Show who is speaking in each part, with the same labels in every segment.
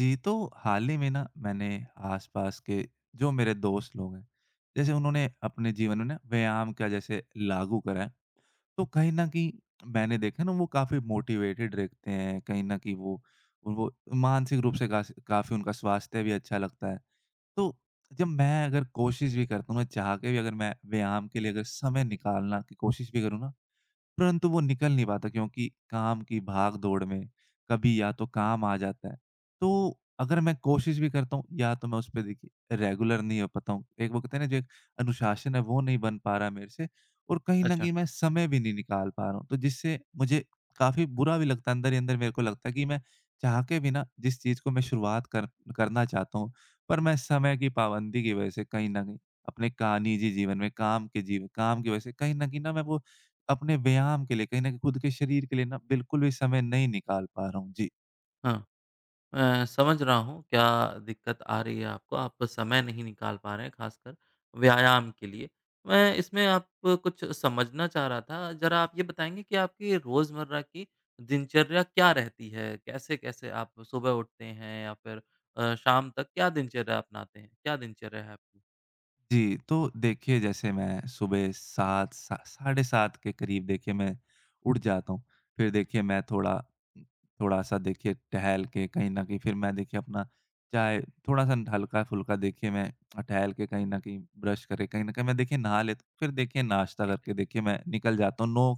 Speaker 1: जी, तो हाल ही में ना मैंने आसपास के जो मेरे दोस्त लोग हैं, जैसे उन्होंने अपने जीवन में ना व्यायाम का जैसे लागू करा है, तो कहीं न कहीं मैंने देखा ना वो काफ़ी मोटिवेटेड रहते हैं, कहीं न कहीं वो मानसिक रूप से कास काफ़ी उनका स्वास्थ्य भी अच्छा लगता है। तो जब मैं अगर कोशिश भी करता हूँ, मैं चाह के भी अगर मैं व्यायाम के लिए अगर समय निकालना की कोशिश भी करूँ ना, परंतु वो निकल नहीं पाता क्योंकि काम की भाग-दौड़ में कभी या तो काम आ जाता है। तो अगर मैं कोशिश भी करता हूँ या तो मैं उस पे देखिए रेगुलर नहीं हो पाता हूँ। एक वो कहते हैं ना, जो एक अनुशासन है वो नहीं बन पा रहा मेरे से, और कहीं न
Speaker 2: अच्छा,
Speaker 1: कहीं मैं समय भी नहीं निकाल पा रहा हूँ। तो जिससे मुझे काफ़ी बुरा भी लगता है, अंदर ही अंदर मेरे को लगता है कि मैं चाह के भी ना, जिस चीज़ को मैं शुरुआत कर करना चाहता हूँ, पर मैं समय की पाबंदी की वज़ह से कहीं न कहीं अपने का निजी जीवन में, काम के जीव काम की वज़ह से कहीं न कहीं ना, मैं वो अपने व्यायाम के लिए, कहीं न कहीं खुद के शरीर के लिए ना बिल्कुल भी समय नहीं निकाल पा रहा हूँ। जी।
Speaker 2: हाँ। मैं समझ रहा हूँ क्या दिक्कत आ रही है आपको, आप समय नहीं निकाल पा रहे हैं ख़ासकर व्यायाम के लिए। मैं इसमें आप कुछ समझना चाह रहा था, ज़रा आप ये बताएँगे कि आपकी रोज़मर्रा की दिनचर्या क्या रहती है? कैसे-कैसे आप सुबह उठते हैं या फिर शाम तक क्या दिनचर्या अपनाते हैं? क्या दिनचर्या है आपकी?
Speaker 1: जी, तो देखिए, जैसे मैं सुबह 7, सा साढ़े 7 के करीब देखिए मैं उठ जाता हूँ। फिर देखिए मैं थोड़ा-सा देखिए टहल के कहीं न कहीं, फिर मैं देखिए अपना चाय, थोड़ा-सा हल्का-फुल्का, देखिए मैं टहल के कहीं न कहीं ब्रश करे, कहीं न कहीं मैं देखिए नहा लेता हूँ। फिर देखिए नाश्ता
Speaker 2: ठीक है। जी।
Speaker 1: करके देखिए मैं निकल जाता हूँ 9,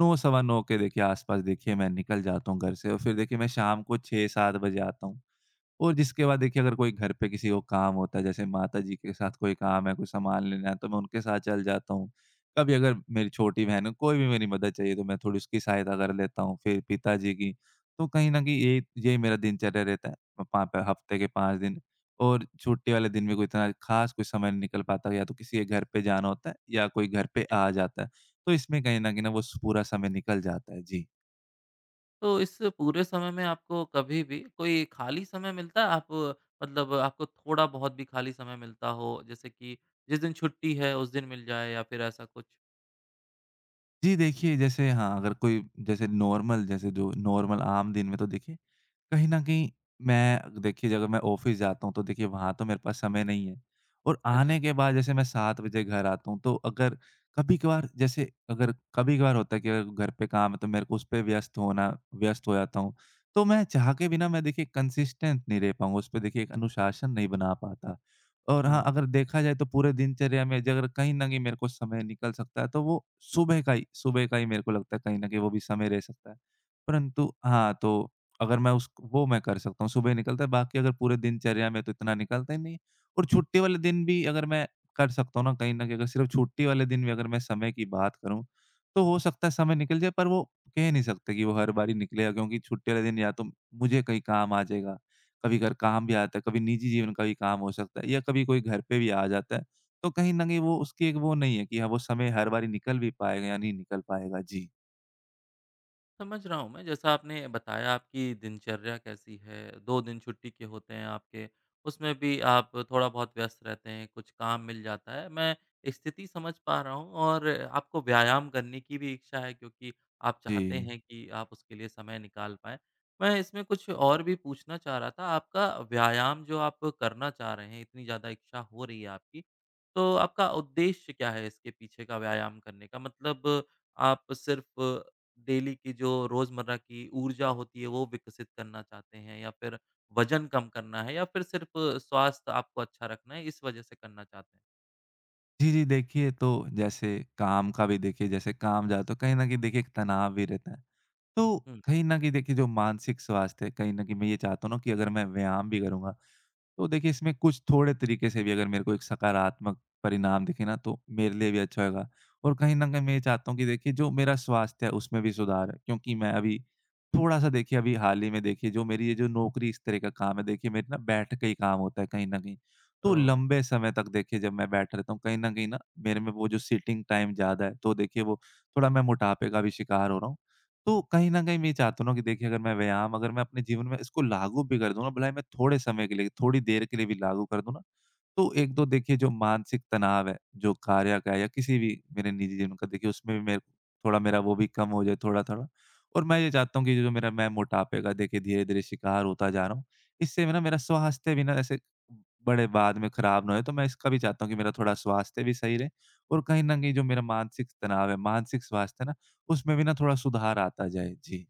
Speaker 1: 9 सवा 9 के देखिए आस-पास, देखिए मैं निकल जाता हूँ घर से, और फिर देखिए मैं शाम को 6-7 बजे आता हूँ। और जिसके बाद देखिए अगर कोई घर पे किसी को काम होता है, जैसे माताजी के साथ कोई काम है, कोई सामान लेना है, तो मैं उनके साथ चल जाता हूँ। कभी अगर मेरी छोटी बहन है, कोई भी मेरी मदद चाहिए, तो मैं थोड़ी उसकी सहायता कर लेता हूँ, फिर पिताजी की। तो कहीं न कहीं ये यही मेरा दिनचर्या रहता है, अ, पाँ प हफ्ते के 5 दिन। और छुट्टी वाले दिन में कोई इतना खास कोई समय नहीं निकल पाता, या तो किसी के घर पे जाना होता है या कोई घर पे आ जाता है। तो इसमें कहीं न कहीं ना वो स पूरा समय निकल जाता है। जी।
Speaker 2: तो इस पूरे समय में आपको कभी भी कोई खाली समय मिलता है? आप मतलब आपको थोड़ा बहुत भी खाली समय मिलता हो, जैसे कि जिस दिन छुट्टी है उस दिन मिल जाए या फिर ऐसा कुछ?
Speaker 1: जी देखिए, जैसे हाँ, अगर कोई, जैसे नॉर्मल, जैसे जो नॉर्मल आम दिन में, तो देखिए, कहीं न कहीं मैं देखिए, जब मैं ऑफ़िस जाता हूँ तो देखिए वहाँ तो मेरे पास समय नहीं है, और
Speaker 2: अच्छा।
Speaker 1: आने के बाद जैसे मैं 7 बजे घर आता हूँ, तो अगर कभी-कभार, जैसे अगर कभी-कभार होता है कि अगर घर पे काम है, तो मेरे को उस पे व्यस्त हो जाता हूँ। तो मैं चाह के भी ना, मैं देखिए कंसिस्टेंट नहीं रह पाऊँगा, उस पे देखिए एक अनुशासन नहीं बना पाता। और हाँ,
Speaker 2: हाँ।
Speaker 1: अगर देखा जाए तो पूरे दिनचर्या में अगर कहीं न कहीं मेरे को समय निकल सकता है, तो वो सुबह का ही मेरे को लगता है, कहीं न कहीं वो भी समय रह सकता है। परंतु हाँ, तो अगर मैं उस वो मैं कर सकता हूँ, सुबह निकलता है, बाकी अगर पूरे दिनचर्या में तो इतना निकलता ही नहीं है। और छुट्टी वाले दिन भी अगर मैं कर सकता हूँ ना कहीं न कहीं, अगर सिर्फ़ छुट्टी वाले दिन भी अगर मैं समय की बात करूँ, तो हो सकता है समय निकल जाए, पर वो कह नहीं सकते कि वो हर बारी निकलेगा, क्योंकि छुट्टी वाले दिन या तो मुझे कहीं काम आ जाएगा, कभी अगर काम भी आता है, कभी निजी जीवन का भी काम हो सकता है, या कभी कोई घर पे भी आ जाता है। तो कहीं न कहीं वो उसकी एक वो नहीं है कि हाँ, वो समय हर बारी निकल भी पाएगा या नहीं निकल पाएगा। जी।
Speaker 2: समझ रहा हूँ मैं। जैसा आपने बताया आपकी दिनचर्या कैसी है, 2 दिन छुट्टी के होते हैं आपके, उसमें भी आप थोड़ा बहुत व्यस्त रहते हैं, कुछ काम मिल जाता है। मैं स्थिति समझ पा रहा हूँ और आपको व्यायाम करने की भी इच्छा है क्योंकि आप चाहते
Speaker 1: जी।
Speaker 2: हैं कि आप उसके लिए समय निकाल पाएँ। मैं इसमें कुछ और भी पूछना चाह रहा था, आपका व्यायाम जो आप करना चाह रहे हैं, इतनी ज़्यादा इच्छा हो रही है आपकी, तो आपका उद्देश्य क्या है इसके पीछे का व्यायाम करने का? मतलब आप सिर्फ़ डेली की जो रोज़मर्रा की ऊर्जा होती है, वो विकसित करना चाहते हैं या फिर वज़न कम करना है या फिर सिर्फ़ स्वास्थ्य आपको अच्छा रखना है, इस वज़ह से करना चाहते हैं?
Speaker 1: जी, जी। देखिए, तो जैसे काम का भी देखिए, जैसे काम ज़्यादा, तो कहीं न कहीं देखिए एक तनाव भी रहता है। तो
Speaker 2: हुँ।
Speaker 1: कहीं न कहीं देखिए जो मानसिक स्वास्थ्य है, कहीं न कहीं मैं ये चाहता हूँ ना कि अगर मैं व्यायाम भी करूँगा, तो देखिए, इसमें कुछ थोड़े तरीके से भी अगर मेरे को एक सकारात्मक परिणाम दिखे ना, तो मेरे लिए भी अच्छा होगा। और कहीं न कहीं मैं ये चाहता हूँ कि देखिए, जो मेरा स्वास्थ्य है, उसमें भी सुधार है, क्योंकि मैं अभी थोड़ा-सा देखिए, अभी हाल ही में देखिए, जो मेरी ये जो नौकरी, इस तरह का काम है, देखिए, मेरे ना बैठ के ही काम होता है कहीं न कहीं। तो
Speaker 2: ओ
Speaker 1: लंबे समय तक देखिए, जब मैं बैठा रहता हूँ, कहीं न कहीं ना, मेरे में वो जो सिटिंग टाइम ज़्यादा है, तो देखिए, वो थोड़ा मैं मोटापे का भी शिकार हो रहा हूँ। तो कहीं न कहीं मैं ये चाहता हूँ ना कि देखिए, अगर मैं व्यायाम, अगर मैं अपने जीवन में इसको लागू भी कर दूँ ना, भले ही मैं थोड़े समय के लिए, थोड़ी देर के लिए भी लागू कर दूँ ना, तो 1-2, देखिए जो मानसिक तनाव है, जो कार्य का है या किसी भी मेरे निजी जीवन का, देखिए उसमें भी मेरे थोड़ा, मेरा वो भी कम हो जाए थोड़ा-थोड़ा। और मैं ये चाहता हूँ कि जो मेरा मैं मोटापे का देखिए धीरे-धीरे शिकार होता जा रहा हूँ, इससे ना मेरा स्वास्थ्य भी ना ऐसे बड़े बाद में खराब ना हो, तो मैं इसका भी चाहता हूँ कि मेरा थोड़ा स्वास्थ्य भी सही रहे, और कहीं न कहीं जो मेरा मानसिक तनाव है, मानसिक स्वास्थ्य है ना, उसमें भी ना थोड़ा सुधार आता जाए। जी।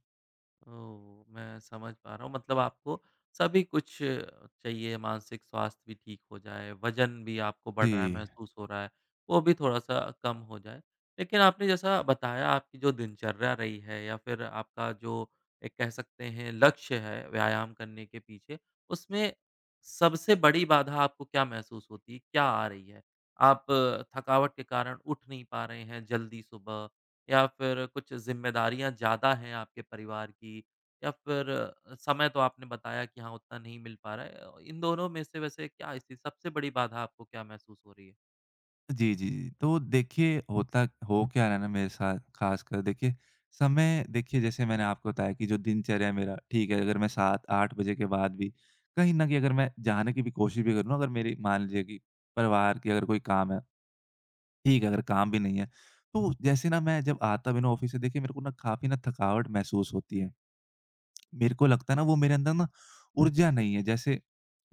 Speaker 2: ओह! मैं समझ पा रहा हूँ मतलब आपको सभी कुछ चाहिए, मानसिक स्वास्थ्य भी ठीक हो जाए, वज़न भी आपको बढ़
Speaker 1: जी।
Speaker 2: रहा है, महसूस हो रहा है, वो भी थोड़ा-सा कम हो जाए। लेकिन आपने जैसा बताया आपकी जो दिनचर्या रही है या फिर आपका जो एक कह सकते हैं लक्ष्य है व्यायाम करने के पीछे, उसमें सबसे बड़ी बाधा आपको क्या महसूस होती है? क्या आ रही है? आप थकावट के कारण उठ नहीं पा रहे हैं जल्दी सुबह या फिर कुछ ज़िम्मेदारियाँ ज़्यादा हैं आपके परिवार की या फिर समय तो आपने बताया कि हाँ, उतना नहीं मिल पा रहा है। इन दोनों में से वैसे क्या स्थिति सबसे बड़ी बाधा आपको क्या महसूस हो रही है?
Speaker 1: जी, जी, जी। तो देखिए होता हो क्या रहा है ना मेरे साथ, ख़ासकर देखिए समय, देखिए जैसे मैंने आपको बताया कि जो दिनचर्या है मेरा, ठीक है, अगर मैं 7-8 बजे के बाद भी कहीं न कहीं अगर मैं जाने की भी कोशिश भी करूँ ना, अगर मेरी मान लीजिए कि परिवार की अगर कोई काम है, ठीक है अगर काम भी नहीं है, तो जैसे ना मैं जब आता भी ना ऑफ़िस से, देखिए मेरे को ना काफ़ी ना थकावट महसूस होती है। मेरे को लगता है ना वो मेरे अंदर ना ऊर्जा नहीं है, जैसे,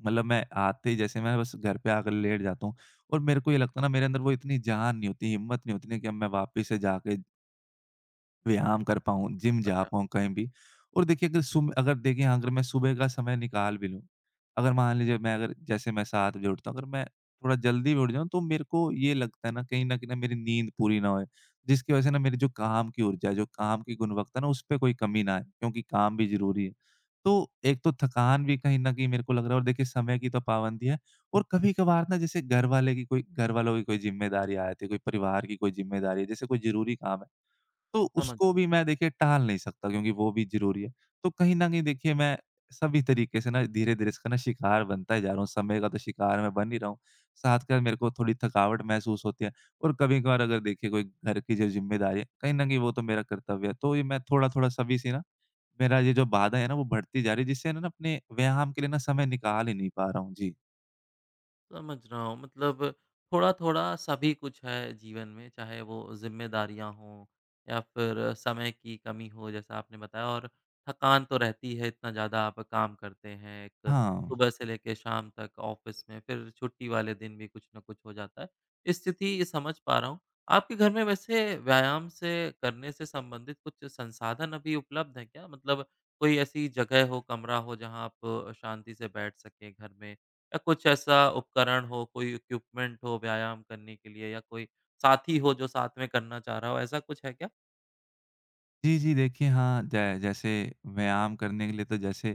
Speaker 1: मतलब मैं आते ही जैसे मैं बस घर पे आकर लेट जाता हूँ, और मेरे को ये लगता है ना मेरे अंदर वो इतनी जान नहीं होती, हिम्मत नहीं होती ना कि अब मैं वापस से जाके व्यायाम कर पाऊँ, जिम जा
Speaker 2: अच्छा,
Speaker 1: पाऊँ कहीं भी। और देखिए अगर सुब अगर देखिए हाँ, अगर मैं सुबह का समय निकाल भी लूँ, अगर मान लीजिए मैं अगर जैसे मैं 7 बजे उठता हूँ, अगर मैं थोड़ा जल्दी भी उठ जाऊँ तो मेरे को ये लगता है ना, कहीं न कहीं ना मेरी नींद पूरी ना होए, जिसकी वज़ह से ना मेरी जो काम की ऊर्जा है, जो काम की गुणवत्ता है ना, उसपे कोई कमी ना आए, क्योंकि काम भी ज़रूरी है। तो एक तो थकान भी कहीं न कहीं मेरे को लग रहा है, और देखिए समय की तो पाबंदी है, और कभी-कभार ना जैसे घरवाले की कोई घरवालों की कोई ज़िम्मेदारी आ जाती है, कोई परिवार की कोई ज़िम्मेदारी है, जैसे कोई ज़रूरी काम है, तो
Speaker 2: समझ
Speaker 1: उसको
Speaker 2: रहा हूँ।
Speaker 1: भी मैं देखिए टाल नहीं सकता क्योंकि वो भी ज़रूरी है। तो कहीं न कहीं देखिए मैं सभी तरीके से ना धीरे-धीरे इसका ना शिकार बनता ही जा रहा हूँ, समय का तो शिकार मैं बन ही रहा हूँ। साथ के साथ मेरे को थोड़ी थकावट महसूस होती है, और कभी-कभार अगर देखिए कोई घर की जो ज़िम्मेदारी है, कहीं न कहीं वो तो मेरा कर्तव्य है। तो ये मैं थोड़ा-थोड़ा सभी से ना मेरा ये जो बाधा है ना वो बढ़ती जा रही है, जिससे ना अपने व्यायाम के लिए ना समय निकाल ही नहीं पा रहा हूँ। जी।
Speaker 2: समझ रहा हूँ मतलब थोड़ा-थोड़ा सभी कुछ है जीवन में, चाहे वो ज़िम्मेदारियाँ हों या फिर समय की कमी हो जैसा आपने बताया और थकान तो रहती है इतना ज़्यादा आप काम करते हैं एक
Speaker 1: हाँ।
Speaker 2: सुबह से लेके शाम तक ऑफ़िस में, फिर छुट्टी वाले दिन भी कुछ न कुछ हो जाता है। स्थिति समझ पा रहा हूँ। आपके घर में वैसे व्यायाम से करने से संबंधित कुछ संसाधन अभी उपलब्ध हैं क्या? मतलब कोई ऐसी जगह हो, कमरा हो जहाँ आप शांति से बैठ सकें घर में या कुछ ऐसा उपकरण हो, कोई इक्विपमेंट हो व्यायाम करने के लिए या कोई साथी हो जो साथ में करना चाह रहा हो, ऐसा कुछ है क्या?
Speaker 1: जी, जी। देखिए, हाँ, जै जैसे व्यायाम करने के लिए तो जैसे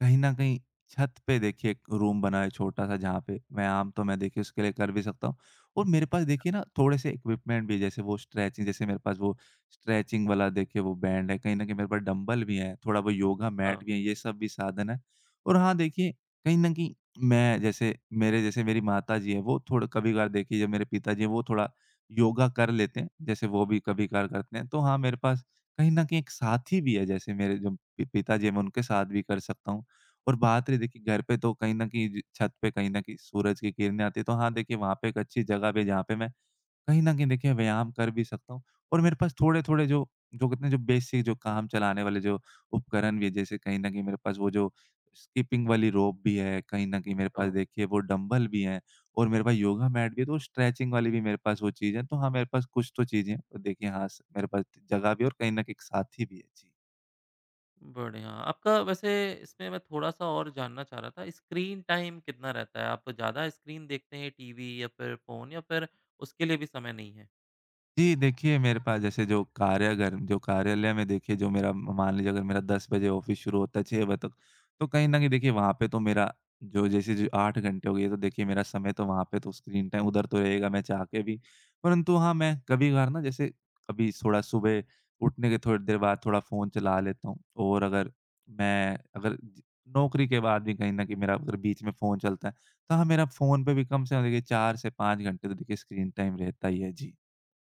Speaker 1: कहीं न कहीं छत पे देखिए एक रूम बना है छोटा-सा, जहाँ पे व्यायाम तो मैं देखिए उसके लिए कर भी सकता हूँ, और मेरे पास देखिए ना थोड़े-से इक्विपमेंट भी है, जैसे वो स्ट्रेचिंग, जैसे मेरे पास वो स्ट्रेचिंग वाला देखिए वो बैंड है, कहीं न कहीं मेरे पास डंबल भी हैं, थोड़ा वो योगा
Speaker 2: हाँ,
Speaker 1: मैट भी है, ये सब भी साधन है। और हाँ, देखिए कहीं न कहीं, मैं जैसे मेरे जैसे मेरी माताजी हैं, वो थोड़ा कभी-कभार देखिए, जब मेरे पिताजी हैं, वो थोड़ा योगा कर लेते हैं, जैसे वो भी कभी-कभार करते हैं। तो हाँ, मेरे पास कहीं न कहीं एक साथी भी है, जैसे मेरे जो पि पिताजी हैं, मैं उनके साथ भी कर सकता हूँ। और बात रही देखिए घर पे, तो कहीं न कहीं ज छत पे कहीं न कहीं सूरज की किरणें आती हैं, तो हाँ, देखिए वहाँ पे एक अच्छी जगह भी है जहाँ पे मैं कहीं न कहीं देखिए मैं व्यायाम कर भी सकता हूँ, और मेरे पास थोड़े-थोड़े जो जो कितने जो बेसिक जो काम चलाने वाले जो उपकरण भी है, जैसे कहीं न कहीं मेरे पास वो जो स्किपिंग वाली रोप भी है, कहीं न कहीं मेरे
Speaker 2: तो
Speaker 1: पास देखिए वो डंबल भी हैं और मेरे पास योगा मैट भी है, तो स्ट्रेचिंग वाली भी मेरे पास वो चीज़ है। तो हाँ, मेरे पास कुछ तो चीज़ें हैं। तो देखिए हाँ, स मेरे पास जगह भी है और कहीं न कहीं एक साथी भी है। जी।
Speaker 2: बढ़िया। आपका वैसे इसमें मैं थोड़ा-सा और जानना चाह रहा था, स्क्रीन टाइम कितना रहता है? आप ज़्यादा स्क्रीन देखते हैं टीवी या फिर फ़ोन या फिर उसके लिए भी समय नहीं है?
Speaker 1: जी, देखिए मेरे पास जैसे जो कार्यागर जो कार्यालय में देखिए जो मेरा, मान लीजिए अगर मेरा 10 बजे ऑफ़िस शुरू होता है 6 बजे तक, तो कहीं न कहीं देखिए वहाँ पे तो मेरा जो जैसे जो 8 घंटे हो गए, तो देखिए मेरा समय तो वहाँ पे तो स्क्रीन टाइम उधर तो रहेगा, मैं चाह के भी। परंतु हाँ, मैं कभी-कभार ना जैसे कभी थोड़ा सुबह उठने के थोड़ी देर बाद थोड़ा फ़ोन चला लेता हूँ, और अगर मैं अगर ज नौकरी के बाद भी कहीं न कहीं मेरा अगर बीच में फ़ोन चलता है, तो हाँ, मेरा फ़ोन पे भी कम से कम देखिए 4 से 5 घंटे तो देखिए स्क्रीन टाइम रहता ही है। जी।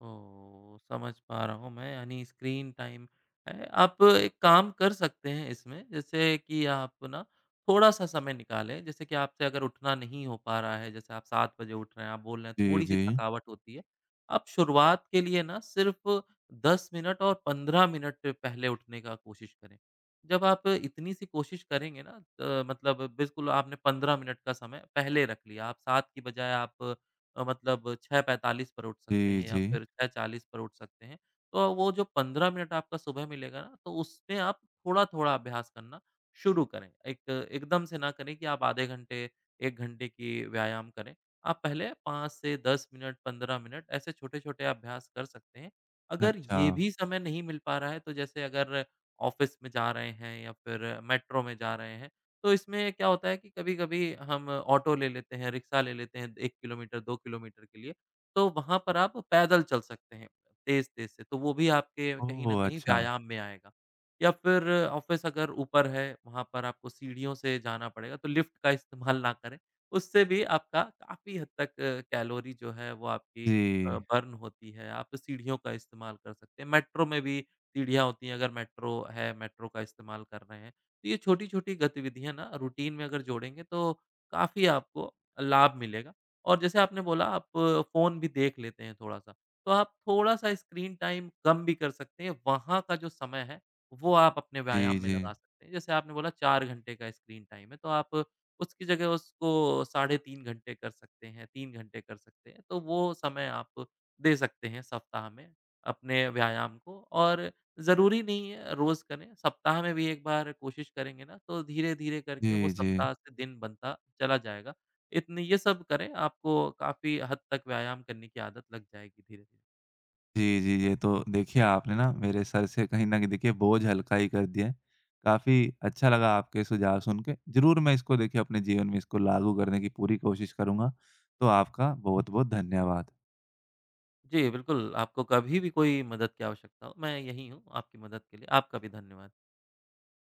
Speaker 2: ओह! समझ पा रहा हूँ मैं यानी स्क्रीन टाइम है। आप एक काम कर सकते हैं इसमें जैसे कि आप ना थोड़ा-सा समय निकालें, जैसे कि आपसे अगर उठना नहीं हो पा रहा है, जैसे आप 7 बजे उठ रहे हैं, आप बोल रहे हैं
Speaker 1: जी,
Speaker 2: थोड़ी-सी
Speaker 1: जी।
Speaker 2: थकावट होती है। आप शुरुआत के लिए ना सिर्फ़ 10 मिनट और 15 मिनट पहले उठने का कोशिश करें। जब आप इतनी सी कोशिश करेंगे ना मतलब बिल्कुल आपने 15 मिनट का समय पहले रख लिया, आप 7 की बजाय आप मतलब 6:45 पर उठ सकते
Speaker 1: जी,
Speaker 2: हैं या
Speaker 1: जी।
Speaker 2: फिर 6:40 पर उठ सकते हैं। तो वो जो 15 मिनट आपका सुबह मिलेगा ना, तो उसमें आप थोड़ा-थोड़ा अभ्यास करना शुरू करें। एक एकदम से ना करें कि आप आधे घंटे, 1 घंटे की व्यायाम करें। आप पहले 5 से 10 मिनट, 15 मिनट ऐसे छोटे-छोटे अभ्यास कर सकते हैं। अगर
Speaker 1: अच्छा।
Speaker 2: ये भी समय नहीं मिल पा रहा है, तो जैसे अगर ऑफ़िस में जा रहे हैं या फिर मेट्रो में जा रहे हैं, तो इसमें क्या होता है कि कभी-कभी हम ऑटो ले लेते हैं, रिक्शा ले लेते हैं 1 किलोमीटर, 2 किलोमीटर के लिए, तो वहाँ पर आप पैदल चल सकते हैं तेज़-तेज़ से, तो वो भी आपके कहीं न
Speaker 1: ओह!
Speaker 2: कहीं
Speaker 1: अच्छा।
Speaker 2: व्यायाम में आएगा। या फिर ऑफ़िस अगर ऊपर है, वहाँ पर आपको सीढ़ियों से जाना पड़ेगा, तो लिफ्ट का इस्तेमाल ना करें, उससे भी आपका काफ़ी हद तक कैलोरी जो है वो आपकी
Speaker 1: जी।
Speaker 2: बर्न होती है, आप सीढ़ियों का इस्तेमाल कर सकते हैं। मेट्रो में भी सीढ़ियाँ होती हैं, अगर मेट्रो है, मेट्रो का इस्तेमाल कर रहे हैं, तो ये छोटी-छोटी गतिविधियाँ ना रूटीन में अगर जोड़ेंगे तो काफ़ी आपको लाभ मिलेगा। और जैसे आपने बोला आप फ़ोन भी देख लेते हैं थोड़ा-सा, तो आप थोड़ा-सा स्क्रीन टाइम कम भी कर सकते हैं। वहाँ का जो समय है वो आप अपने व्यायाम
Speaker 1: जी,
Speaker 2: में
Speaker 1: जी।
Speaker 2: लगा सकते हैं। जैसे आपने बोला 4 घंटे का स्क्रीन टाइम है तो आप उसकी जगह उसको साढ़े 3 घंटे कर सकते हैं, 3 घंटे कर सकते हैं। तो वो समय आप दे सकते हैं सप्ताह में अपने व्यायाम को और ज़रूरी नहीं है रोज़ करें, सप्ताह में भी 1 बार कोशिश करेंगे ना, तो धीरे-धीरे करके वो
Speaker 1: जी, जी।
Speaker 2: सप्ताह से दिन बनता चला जाएगा। इतने ये सब करें, आपको काफ़ी हद तक व्यायाम करने की आदत लग जाएगी धीरे-धीरे।
Speaker 1: जी, जी। ये तो देखिए आपने ना मेरे सर से कहीं न कहीं देखिए बोझ हल्का ही कर दिया है। काफ़ी अच्छा लगा आपके सुझाव सुन के। ज़रूर मैं इसको देखिए अपने जीवन में इसको लागू करने की पूरी कोशिश करूँगा। तो आपका बहुत-बहुत धन्यवाद।
Speaker 2: जी, बिल्कुल, आपको कभी भी कोई मदद की आवश्यकता हो, मैं यहीं हूँ आपकी मदद के लिए। आपका भी धन्यवाद।